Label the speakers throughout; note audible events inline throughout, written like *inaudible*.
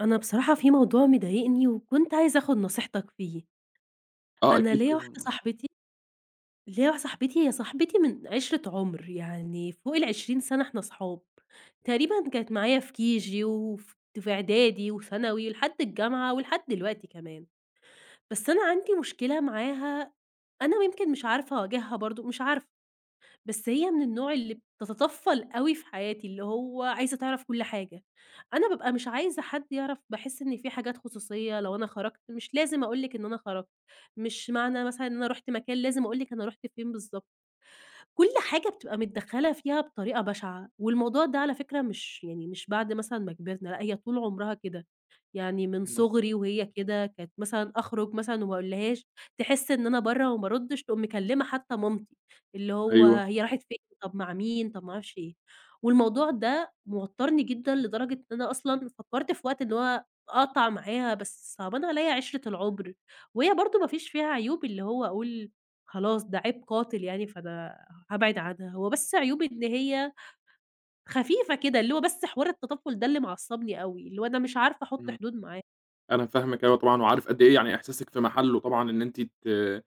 Speaker 1: أنا بصراحة في موضوع مضايقني وكنت عايزة آخد نصيحتك فيه،
Speaker 2: آه
Speaker 1: أنا
Speaker 2: أكيد
Speaker 1: ليّا
Speaker 2: طبعًا
Speaker 1: واحدة
Speaker 2: آه،
Speaker 1: صاحبتي ليّا واحدة صاحبتي هي صاحبتي من عِشرة عُمر، يعني فوق ال20 سَنة إحنا صحاب، تقريبًا كانت معايا في كيجي في إعدادي وثانوي ولحد الجامعة ولحد دلوقتي كمان، بس أنا عندي مشكلة معاها. أنا يمكن مش عارفة أواجهها برضه، مش عارفة. بس هي من النوع اللي بتتطفّل أوي في حياتي، اللي هو عايزة تعرف كل حاجة. أنا بابقى مش عايزة حد يعرف، باحس إن في حاجات خصوصية، لو أنا خرجت مش لازم أقول لِك إن أنا خرجت، مش معنى مثلًا إن أنا رُحت مكان لازم أقول لِك أنا رُحت فين بالضبط. كل حاجة بتبقى متدخّلة فيها بطريقة بشعة، والموضوع ده على فكرة مش يعني مش بعد مثلًا ما كبرنا، لأ هي طول عمرها كده، يعني من
Speaker 2: إمم،
Speaker 1: صغري وهي كده، كانت مثلًا أخرج مثلًا وما أقولهاش، تحس إن أنا برّه وما أردش، تقوم مكلمة حتى مامتي، اللي هو
Speaker 2: أيوه،
Speaker 1: هي راحت فين، طب مع مين، طب ما أعرفش إيه، والموضوع ده موتّرني جدًا لدرجة إن أنا أصلًا فكّرت في وقت إن هو أقطع معاها، بس صعبان عليَّ عِشرة العُمر، وهي برضه ما فيش فيها عيوب اللي هو أقول خلاص ده عيب قاتل يعني فأنا هابعد عنها، هو بس عيوبي إن هي خفيفة كده، اللي هو بس حوار التطفُّل ده اللي معصّبني أوي، اللي هو أنا مش عارفة أحُط
Speaker 2: إمم،
Speaker 1: حدود معاه.
Speaker 2: أنا فاهمِك أيوه طبعًا، وعارف قد إيه يعني إحساسِك في محله طبعًا إن أنتِ ت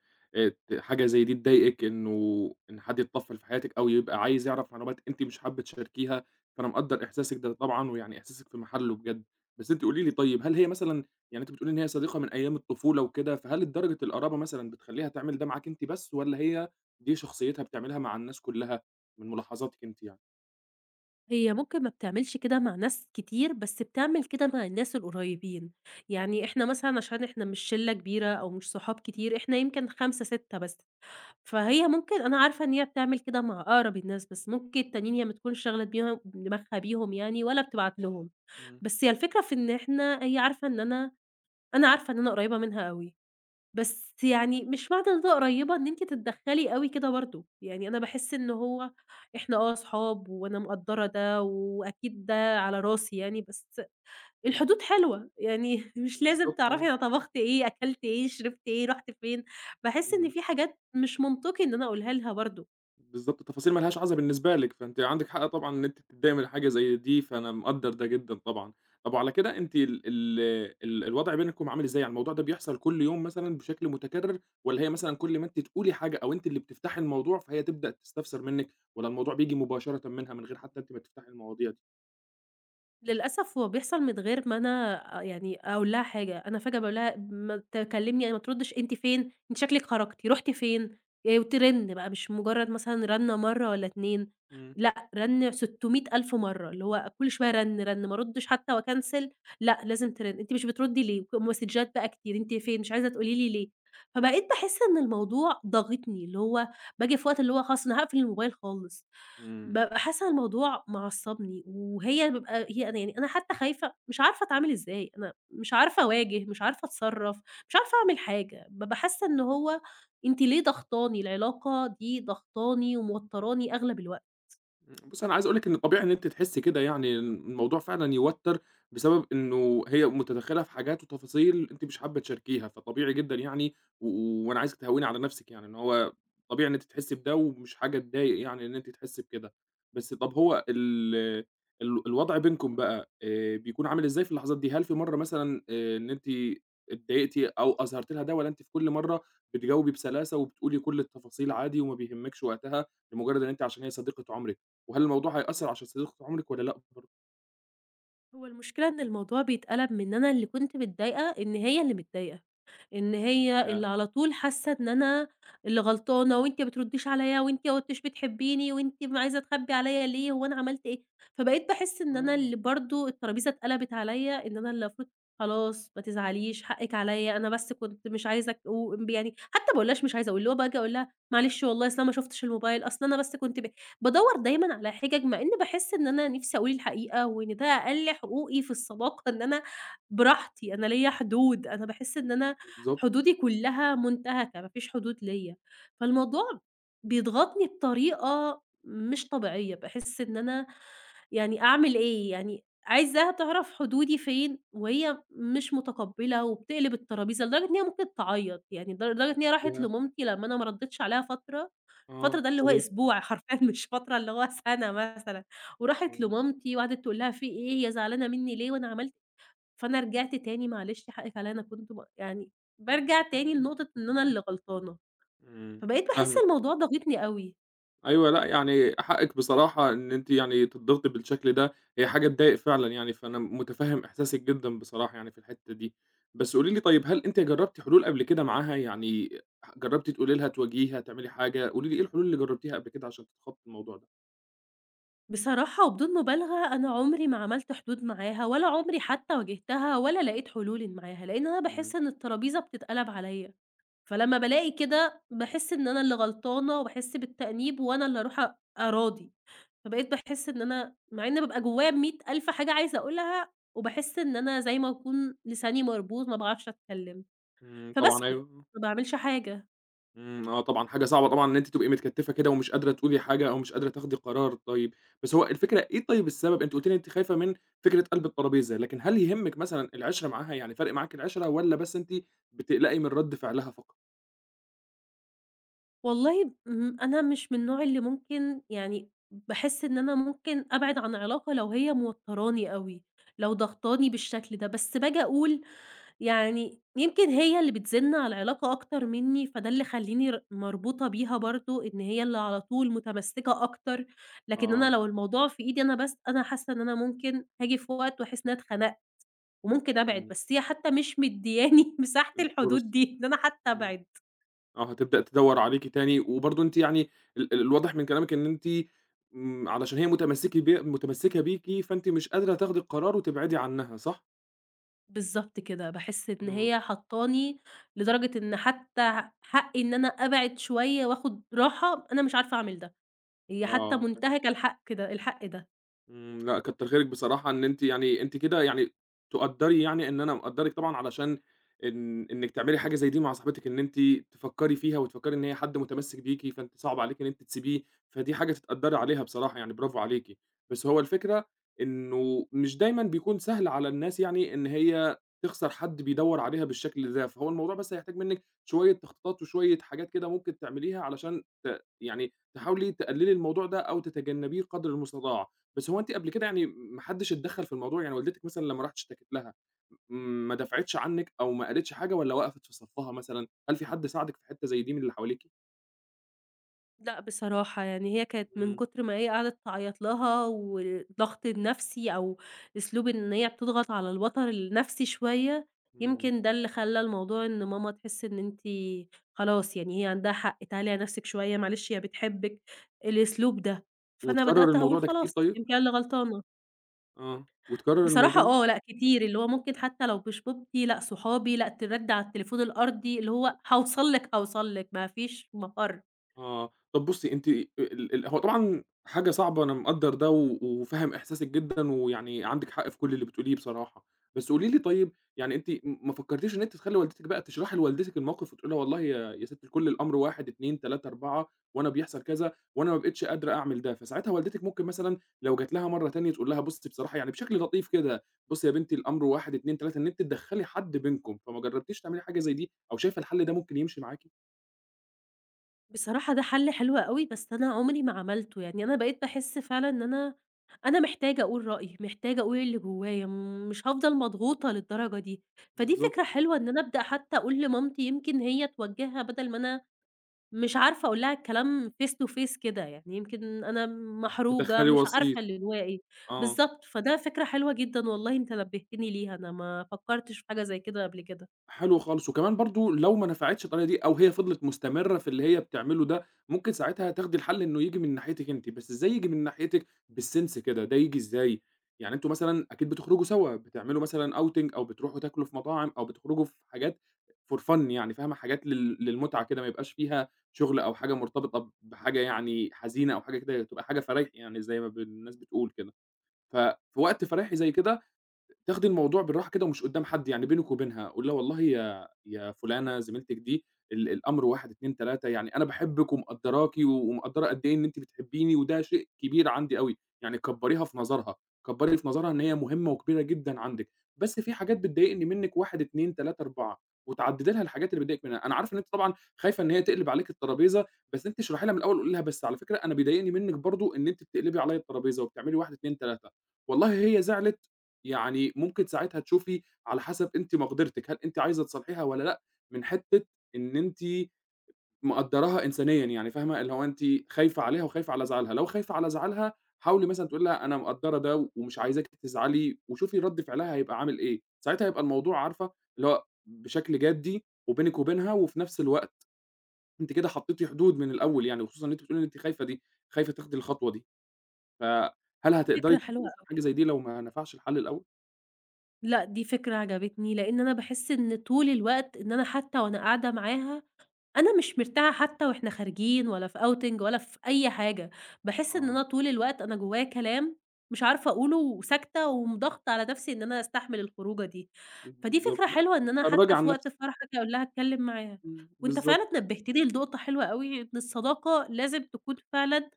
Speaker 2: ت حاجة زي دي تضايقِك إن حد يتطفّل في حياتِك أو يبقى عايز يعرف معلومات أنتِ مش حابة تشاركيها، فأنا مقدّر إحساسِك ده طبعًا، ويعني إحساسِك في محله بجد، بس أنتِ قولي لي طيب هل هي مثلًا يعني أنتِ بتقولي إن هي صديقة من أيام الطفولة وكده، فهل لدرجة القرابة مثلًا بتخلّيها تعمل ده معاك أنتِ بس والّا هي دي شخصيتها بتعملها مع الناس كلّها من ملاحظاتِك أنتِ يعني؟
Speaker 1: هي ممكن ما بتعملش كده مع ناس كتير، بس بتعمل كده مع الناس القريّبين. يعني إحنا مثلًا عشان إحنا مش شِلّة كبيرة أو مش صحاب كتير، إحنا يمكن 5، 6 بس، فهي ممكن أنا عارفة إن هي بتعمل كده مع أقرب الناس بس، ممكن التانيين هي ما تكونش شاغلة بيها دماغها بيهم يعني ولا بتبعت لهم،
Speaker 2: إمم،
Speaker 1: بس هي الفكرة في إن إحنا هي عارفة إن أنا عارفة إن أنا قريّبة منها أوي. بس يعني مش معنى إن أنا قريّبة إن أنتِ تتدخّلي أوي كده برضه، يعني أنا باحس إن هو إحنا آه صحاب وأنا مقدّرة ده، وأكيد ده على راسي يعني، بس الحدود حلوة، يعني *laughs* مش لازم
Speaker 2: بالضبط
Speaker 1: تعرفي
Speaker 2: آه،
Speaker 1: أنا طبخت إيه، أكلت إيه، شربت إيه، رُحت فين، باحس إن
Speaker 2: إمم.
Speaker 1: في حاجات مش منطقي إن أنا أقولها لها برضه.
Speaker 2: بالضبط، تفاصيل ما لهاش عازة بالنسبة لِك، فأنتِ عندِك حق طبعًا إن أنتِ تتضايقي من حاجة زي دي، فأنا مقدّر ده جدًا طبعًا. طَب وعلى كده أنتِ ال ال ال الوضع بينكم عامل إزاي؟ يعني الموضوع ده بيحصل كل يوم مثلًا بشكل متكرر، والّا هي مثلًا كل ما أنتِ تقولي حاجة أو أنتِ اللي بتفتحي الموضوع فهي تبدأ تستفسر منِّك، والّا الموضوع بييجي مباشرةً منها من غير حتى أنتِ ما تفتحي المواضيع دي؟
Speaker 1: للأسف هو بيحصل من غير ما أنا يعني أقول لها حاجة، أنا فجأة باقول لها ما تكلمني يعني ما تردش، أنتِ فين؟ أنتِ شكلِك خرجتِ، رُحتِ فين؟ وترن بقى مش مجرد مثلًا رنة مرة والّا 2،
Speaker 2: إمم.
Speaker 1: لأ، رن 600.000 مرة، اللي هو كل شوية رن، رن، ما أردش حتى وأكنسل، لأ، لازم ترن، أنتِ مش بتردي ليه؟ ك مسدجات بقى كتير، أنتِ فين؟ مش عايزة تقولي لي ليه؟ فبقيت باحس إن الموضوع ضاغطني، اللي هو باجي في وقت اللي هو خلاص أنا هاقفل الموبايل خالص.
Speaker 2: إمم.
Speaker 1: بابقى حاسة إن الموضوع معصّبني، وهي بيبقى هي أنا يعني أنا حتى خايفة، مش عارفة أتعامل إزاي، أنا مش عارفة أواجه، مش عارفة أتصرّف، مش عارفة أعمل حاجة، بابقى حاسة إن هو أنتِ ليه ضاغطاني، العلاقة دي ضاغطاني وموتّراني أغلب الوقت.
Speaker 2: إمم، بُصّي أنا عايز أقول لِك إن طبيعي إن أنتِ تحسّي كده يعني، الموضوع فعلًا يوتّر بسبب إنه هي متدخّلة في حاجات وتفاصيل أنتِ مش حابة تشاركيها، فطبيعي جدًا يعني و و- وأنا عايزِك تهوّني على نَفْسِك يعني، إن هو طبيعي إن أنتِ تحسّي بده ومش حاجة تضايق يعني إن أنتِ تحسّي بكده، بس طَب هو ال ال الوضع بينكم بقى بيكون عامل إزاي في اللحظات دي؟ هل في مرّة مثلًا إن أنتِ اتضايقتِ أو أظهرتِ لها ده والّا أنتِ في كل مرّة بتجاوبي بسلاسة وبتقولي كل التفاصيل عادي وما بيهمِّكش وقتها لمجرّد إن أنتِ عشان هي صديقة عمرِك؟ وهل الموضوع هيأثّر على شخصيتِك طول عمرِك والّا لأ برضه؟
Speaker 1: هو المشكلة إن الموضوع بيتقلب من أنا اللي كنت متضايقة، إن هي اللي متضايقة، إن هي اللي
Speaker 2: ياه!
Speaker 1: على طول حاسة إن أنا اللي غلطانة، وأنتِ ما بترديش عليَّ وأنتِ ما كنتيش بتحبيني وأنتِ م عايزة تخبي عليَّ ليه، هو أنا عملت إيه؟ فبقيت باحس إن أنا
Speaker 2: آه.
Speaker 1: اللي برضه الترابيزة اتقلبت عليَّ، إن أنا اللي المفروض خلاص ما تزعليش حقِك عليَّ، أنا بس كنت مش عايزة و يعني حتى ما باقولهاش مش عايزة أقول، اللي هو باجي أقول لها معلش والله أصل أنا ما شُفتش الموبايل، أصل أنا بس كنت بادوّر دايمًا على حِجَج، مع إن باحس إن أنا نِفْسي أقول الحقيقة، وإن ده أقل حقوقي في الصداقة إن أنا براحتي، أنا ليّا حدود، أنا باحس إن أنا
Speaker 2: بالضبط،
Speaker 1: حدودي كُلّها مُنتهكة، ما فيش حدود ليّا، فالموضوع بيضغطني بطريقة مش طبيعية، باحس إن أنا يعني أعمل إيه؟ يعني عايزاها تعرف حدودي فين وهي مش متقبّلة وبتقلب الترابيزة، لدرجة إن هي ممكن تعيّط، يعني لدرجة إن هي راحت
Speaker 2: ياه!
Speaker 1: لمامتي لمّا أنا ما ردّيتش عليها فترة، الفترة
Speaker 2: آه،
Speaker 1: ده اللي هو
Speaker 2: حصل
Speaker 1: أسبوع حرفيًا *laughs* مش فترة اللي هو سَنة مثلًا، وراحت
Speaker 2: إمم،
Speaker 1: لمامتي وقعدت تقول لها: "في إيه، هي زعلانة منّي ليه وأنا عملت" إيه؟ فأنا رجعت تاني معلش حقِّك عليّا أنا كنت يعني بارجع تاني لنقطة إن أنا اللي غلطانة،
Speaker 2: إمم.
Speaker 1: فبقيت باحس
Speaker 2: فاهمِك،
Speaker 1: الموضوع ضاغطني أوي.
Speaker 2: أيوه لأ، يعني حقِّك بصراحة إن أنتِ يعني تتضغطي بالشكل ده، هي حاجة تضايق فعلًا يعني، فأنا متفهّم إحساسِك جدًا بصراحة يعني في الحتّة دي. بس قولي لي طيب هل أنتِ جرّبتِ حلول قبل كده معاها، يعني جرّبتِ تقولي لها، تواجهيها، تعملي حاجة؟ قولي لي إيه الحلول اللي جرّبتيها قبل كده عشان تتخطّي الموضوع ده؟
Speaker 1: بصراحة وبدون مبالغة أنا عمري ما عملت حدود معاها، ولا عمري حتى واجهتها، ولا لقيت حلول معاها، لإن أنا باحس
Speaker 2: إمم،
Speaker 1: إن الترابيزة بتتقلب عليَّ، فلمّا بالاقي كده باحس إن أنا اللي غلطانة، وباحس بالتأنيب، وأنا اللي أروح أراضي، فبقيت باحس إن أنا مع إن بابقى جوايا ب100.000 حاجة عايزة أقولها، وباحس إن أنا زي ما أكون لساني مربوط ما باعرفش أتكلم،
Speaker 2: إمم، طبعًا
Speaker 1: فباسكت،
Speaker 2: أيوه.
Speaker 1: ما باعملش حاجة.
Speaker 2: إمم، آه طبعًا، حاجة صعبة طبعًا إن أنتِ تبقي متكتّفة كده ومش قادرة تقولي حاجة أو مش قادرة تاخدي قرار طيب، بس هو الفكرة إيه طيب السبب؟ أنتِ قُلتِ لي أنتِ خايفة من فكرة قلب الطرابيزة، لكن هل يهمِّك مثلًا العِشرة معاها، يعني فارق معاكِ العِشرة والّا بس أنتِ بتقلقي من رَد فعلها فقط؟
Speaker 1: والله أنا مش من النوع اللي ممكن يعني باحس إن أنا ممكن أبعد عن علاقة لو هي موتّراني أوي، لو ضاغطاني بالشكل ده، بس باجي أقول يعني يمكن هي اللي بتزِنّ على العلاقة أكتر منّي، فده اللي خلّيني مربوطة بيها برضه، إن هي اللي على طول متمسّكة أكتر، لكن أنا
Speaker 2: آه،
Speaker 1: لو الموضوع في إيدي أنا بس، أنا حاسة إن أنا ممكن هاجي في وقت وأحس إن أنا اتخنقت وممكن أبعد،
Speaker 2: إمم،
Speaker 1: بس هي حتى مش مدّياني *laughs* مساحة
Speaker 2: الفرصة
Speaker 1: الحدود دي، إن أنا حتى
Speaker 2: إمم،
Speaker 1: أبعد.
Speaker 2: آه، هتبدأ تدوّر عليكِ تاني، وبرضه أنتِ يعني ال ال الواضح من كلامِك إن أنتِ إمم، علشان هي متمسّكة ب متمسّكة بيكِ، فأنتِ مش قادرة تاخدي القرار وتبعدي عنها، صح؟
Speaker 1: بالضبط كده، باحس إن
Speaker 2: إمم،
Speaker 1: هي حاطّاني لدرجة إن حتى حقّي إن أنا أبعد شوية وآخُد راحة، أنا مش عارفة أعمل ده، هي حتى
Speaker 2: آه.
Speaker 1: منتهكة الحق كده الحق ده.
Speaker 2: إمم، لأ كتّر خيرِك بصراحة إن أنتِ يعني أنتِ كده يعني تقدّري يعني إن أنا مقدّرِك طبعًا علشان إنِّك تعملي حاجة زي دي مع صاحبتِك، إن أنتِ تفكّري فيها وتفكّري إن هي حد متمسّك بيكِ، فأنتِ صعب عليكِ إن أنتِ تسيبيه، فدي حاجة تتقدّري عليها بصراحة يعني برافو عليكِ. بس هو الفكرة إنه مش دايمًا بيكون سهل على الناس يعني إن هي تخسر حد بيدوّر عليها بالشكل ده، فهو الموضوع بس هيحتاج منِّك شوية تخطيطات وشوية حاجات كده ممكن تعمليها علشان يعني تحاولي تقلّلي الموضوع ده أو تتجنّبيه قدر المستطاع. بس هو أنتِ قبل كده يعني ما حدّش اتدخّل في الموضوع، يعني والدتِك مثلًا لمّا رُحتِ اشتكيتِ لها م ما دافعتش عنِّك أو ما قالتش حاجة والّا وقفت في صفّها مثلًا؟ هل في حد ساعدِك في حتّة زي دي من اللي حواليكِ؟
Speaker 1: لأ بصراحة، يعني هي كانت من
Speaker 2: إمم،
Speaker 1: كتر ما هي قعدت تعيّط لها والضغط النفسي أو أسلوب إن هي بتضغط على الوتر النفسي شوية،
Speaker 2: إمم،
Speaker 1: يمكن ده اللي خلّى الموضوع إن ماما تحس إن أنتِ خلاص يعني هي عندها حق، تعالي على نفسِك شوية معلش هي بتحبِّك،
Speaker 2: إمم.
Speaker 1: الأسلوب ده. فأنا
Speaker 2: وتكرّر
Speaker 1: بدأت أقول
Speaker 2: الموضوع ده كتير
Speaker 1: خلاص
Speaker 2: طيب؟
Speaker 1: يمكن أنا اللي غلطانة.
Speaker 2: آه. وتكرّر
Speaker 1: بصراحة
Speaker 2: الموضوع ده؟
Speaker 1: آه، لأ كتير، اللي هو ممكن حتى لو مش مامتي، لأ صحابي، لأ ترَّن على التليفون الأرضي، اللي هو هاوصل لِك، هاوصل لِك، ما فيش مفر.
Speaker 2: آه، طب بُصّي أنتِ ال ال هو طبعًا حاجة صعبة أنا مقدّر ده وفاهم إحساسِك جدًا، ويعني عندِك حق في كل اللي بتقوليه بصراحة، بس قولي لي طيب يعني أنتِ ما فكرتيش إن أنتِ تخلّي والدتِك بقى تشرحي لوالدتِك الموقف وتقولي لها والله يا ستي الكل الأمر 1، 2، 3، 4 وأنا بيحصل كذا وأنا ما بقيتش قادرة أعمل ده، فساعتها والدتِك ممكن مثلًا لو جات لها مرّة تانية تقول لها بُصّي بصراحة يعني بشكل لطيف كده، بُصّي يا بنتي الأمر 1، 2، 3 إن أنتِ تدخّلي حد بينكم، فما جربتيش تعملي حاجة زي دي أو شايفة الحل ده ممكن يمشي معاكِ؟
Speaker 1: بصراحة ده حل حلو أوي، بس أنا عمري ما عملته، يعني أنا بقيت باحس فعلًا إن أنا أنا محتاجة أقول رأيي، محتاجة أقول اللي جوايا، مش هافضل مضغوطة للدرجة دي. فدي
Speaker 2: بالضبط،
Speaker 1: فكرة حلوة إن أنا أبدأ حتى أقول لمامتي، يمكن هي توجهها بدل ما أنا مش عارفة أقول لها الكلام face to face كده، يعني يمكن أنا محروجة
Speaker 2: تدخّلي
Speaker 1: مش عارفة
Speaker 2: وسيط.
Speaker 1: اللي جوايا إيه،
Speaker 2: آه،
Speaker 1: بالضبط، فده فكرة حلوة جدًا والله أنت نبهتني ليها، أنا ما فكرتش في حاجة زي كده قبل كده.
Speaker 2: حلو خالص، وكمان برضه لو ما نفعتش الطريقة دي أو هي فضلت مستمرة في اللي هي بتعمله ده، ممكن ساعتها تاخدي الحل إنه ييجي من ناحيتِك أنتِ، بس إزاي ييجي من ناحيتِك بالsense كده، ده ييجي إزاي؟ يعني أنتم مثلًا أكيد بتخرجوا سوا، بتعملوا مثلًا outing أو بتروحوا تاكلوا في مطاعم أو بتخرجوا في حاجات for fun يعني فاهمة، حاجات للمتعة كده ما يبقاش فيها شغل أو حاجة مرتبطة بحاجة يعني حزينة أو حاجة كده، تبقى حاجة فرايحي يعني زي ما الناس بتقول كده، ففي وقت فرايحي زي كده تاخدي الموضوع بالراحة كده ومش قدّام حد، يعني بينِك وبينها، قولي لها والله يا فلانة زميلتِك دي الأمر 1، 2، 3 يعني أنا باحبِك ومقدّراكِ ومقدّرة قد إيه إن أنتِ بتحبيني وده شيء كبير عندي أوي، يعني كبّريها في نظرها، كبّري في نظرها إن
Speaker 1: إمم.
Speaker 2: هي مهمة وكبيرة جدًا عندِك، بس في حاجات بتضايقني منِّك 1، 2، 3، 4 وتعدّدي لها الحاجات اللي بتضايقِك منها، أنا عارف إن أنتِ طبعًا خايفة إن هي تقلب عليكِ الترابيزة، بس أنتِ اشرحي لها من الأول قولي لها بس على فكرة أنا بيضايقني منِّك برضه إن أنتِ بتقلبي عليّا الترابيزة وبتعملي 1، 2، 3 والله هي زعلِت يعني ممكن ساعتها تشوفي على حسب أنتِ مقدرتِك، هل أنتِ عايزة تصالحيها والّا لأ، من حتة إن أنتِ مقدّراها إنسانيًا، يعني فاهمة، اللي هو أنتِ خايفة عليها وخايفة على زعلها، لو خايفة على زعلها حاولي مثلًا تقولي لها أنا مقدّرة ده ومش عايزاكِ تزعلي، وشوفي رَد فعلها هيبقى عامل إيه، ساعتها هيبقى الموضوع عارفة اللي هو بشكل جدي وبينِك وبينها، وفي نفس الوقت أنتِ كده حطيتِ حدود من الأول يعني، وخصوصًا إن أنتِ بتقولي إن أنتِ خايفة دي، خايفة تاخدي الخطوة دي، فهل
Speaker 1: دي
Speaker 2: هتقدري
Speaker 1: فكرة حلوة
Speaker 2: تعملي حاجة
Speaker 1: أوي،
Speaker 2: زي دي لو ما نفعش الحل الأول؟
Speaker 1: لأ دي فكرة عجبتني، لأن أنا باحس إن طول الوقت إن أنا حتى وأنا قاعدة معاها أنا مش مرتاحة حتى وإحنا خارجين ولا في outing ولا في أي حاجة، باحس إن
Speaker 2: آه.
Speaker 1: أنا طول الوقت أنا جوايا كلام مش عارفة أقوله وساكتة ومضغطة على نفسي إن أنا أستحمل الخروجة دي، فدي
Speaker 2: بالضبط،
Speaker 1: فكرة
Speaker 2: لأ،
Speaker 1: حلوة إن أنا
Speaker 2: خرّجي
Speaker 1: حتى
Speaker 2: عن
Speaker 1: في وقت
Speaker 2: نفسِك،
Speaker 1: الفرح آجي أقول لها أتكلم معاها،
Speaker 2: إمم،
Speaker 1: وأنت
Speaker 2: بالضبط،
Speaker 1: فعلًا نبهتني لنقطة حلوة أوي إن الصداقة لازم تكون فعلًا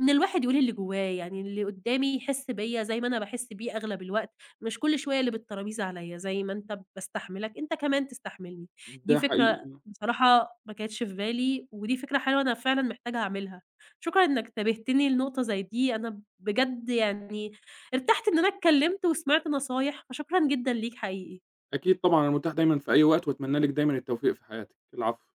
Speaker 1: إن الواحد يقول اللي جوّاه، يعني اللي قدّامي يحس بيّا زي ما أنا باحس بيه أغلب الوقت، مش كل شوية اللي بالترابيزة عليّا، زي ما أنت باستحملك أنت كمان تستحملني. دي
Speaker 2: ده حقيقي،
Speaker 1: فكرة
Speaker 2: إمم،
Speaker 1: بصراحة ما كانتش في بالي، ودي فكرة حلوة أنا فعلًا محتاجة أعملها. شكرًا إنك نبهتني لنقطة زي دي، أنا بجد يعني ارتحت إن أنا اتكلّمت وسمعت نصايح، فشكرًا جدًا ليك حقيقي.
Speaker 2: أكيد طبعًا أنا متاح دايمًا في أي وقت وأتمنى لِك دايمًا التوفيق في حياتِك، العفو.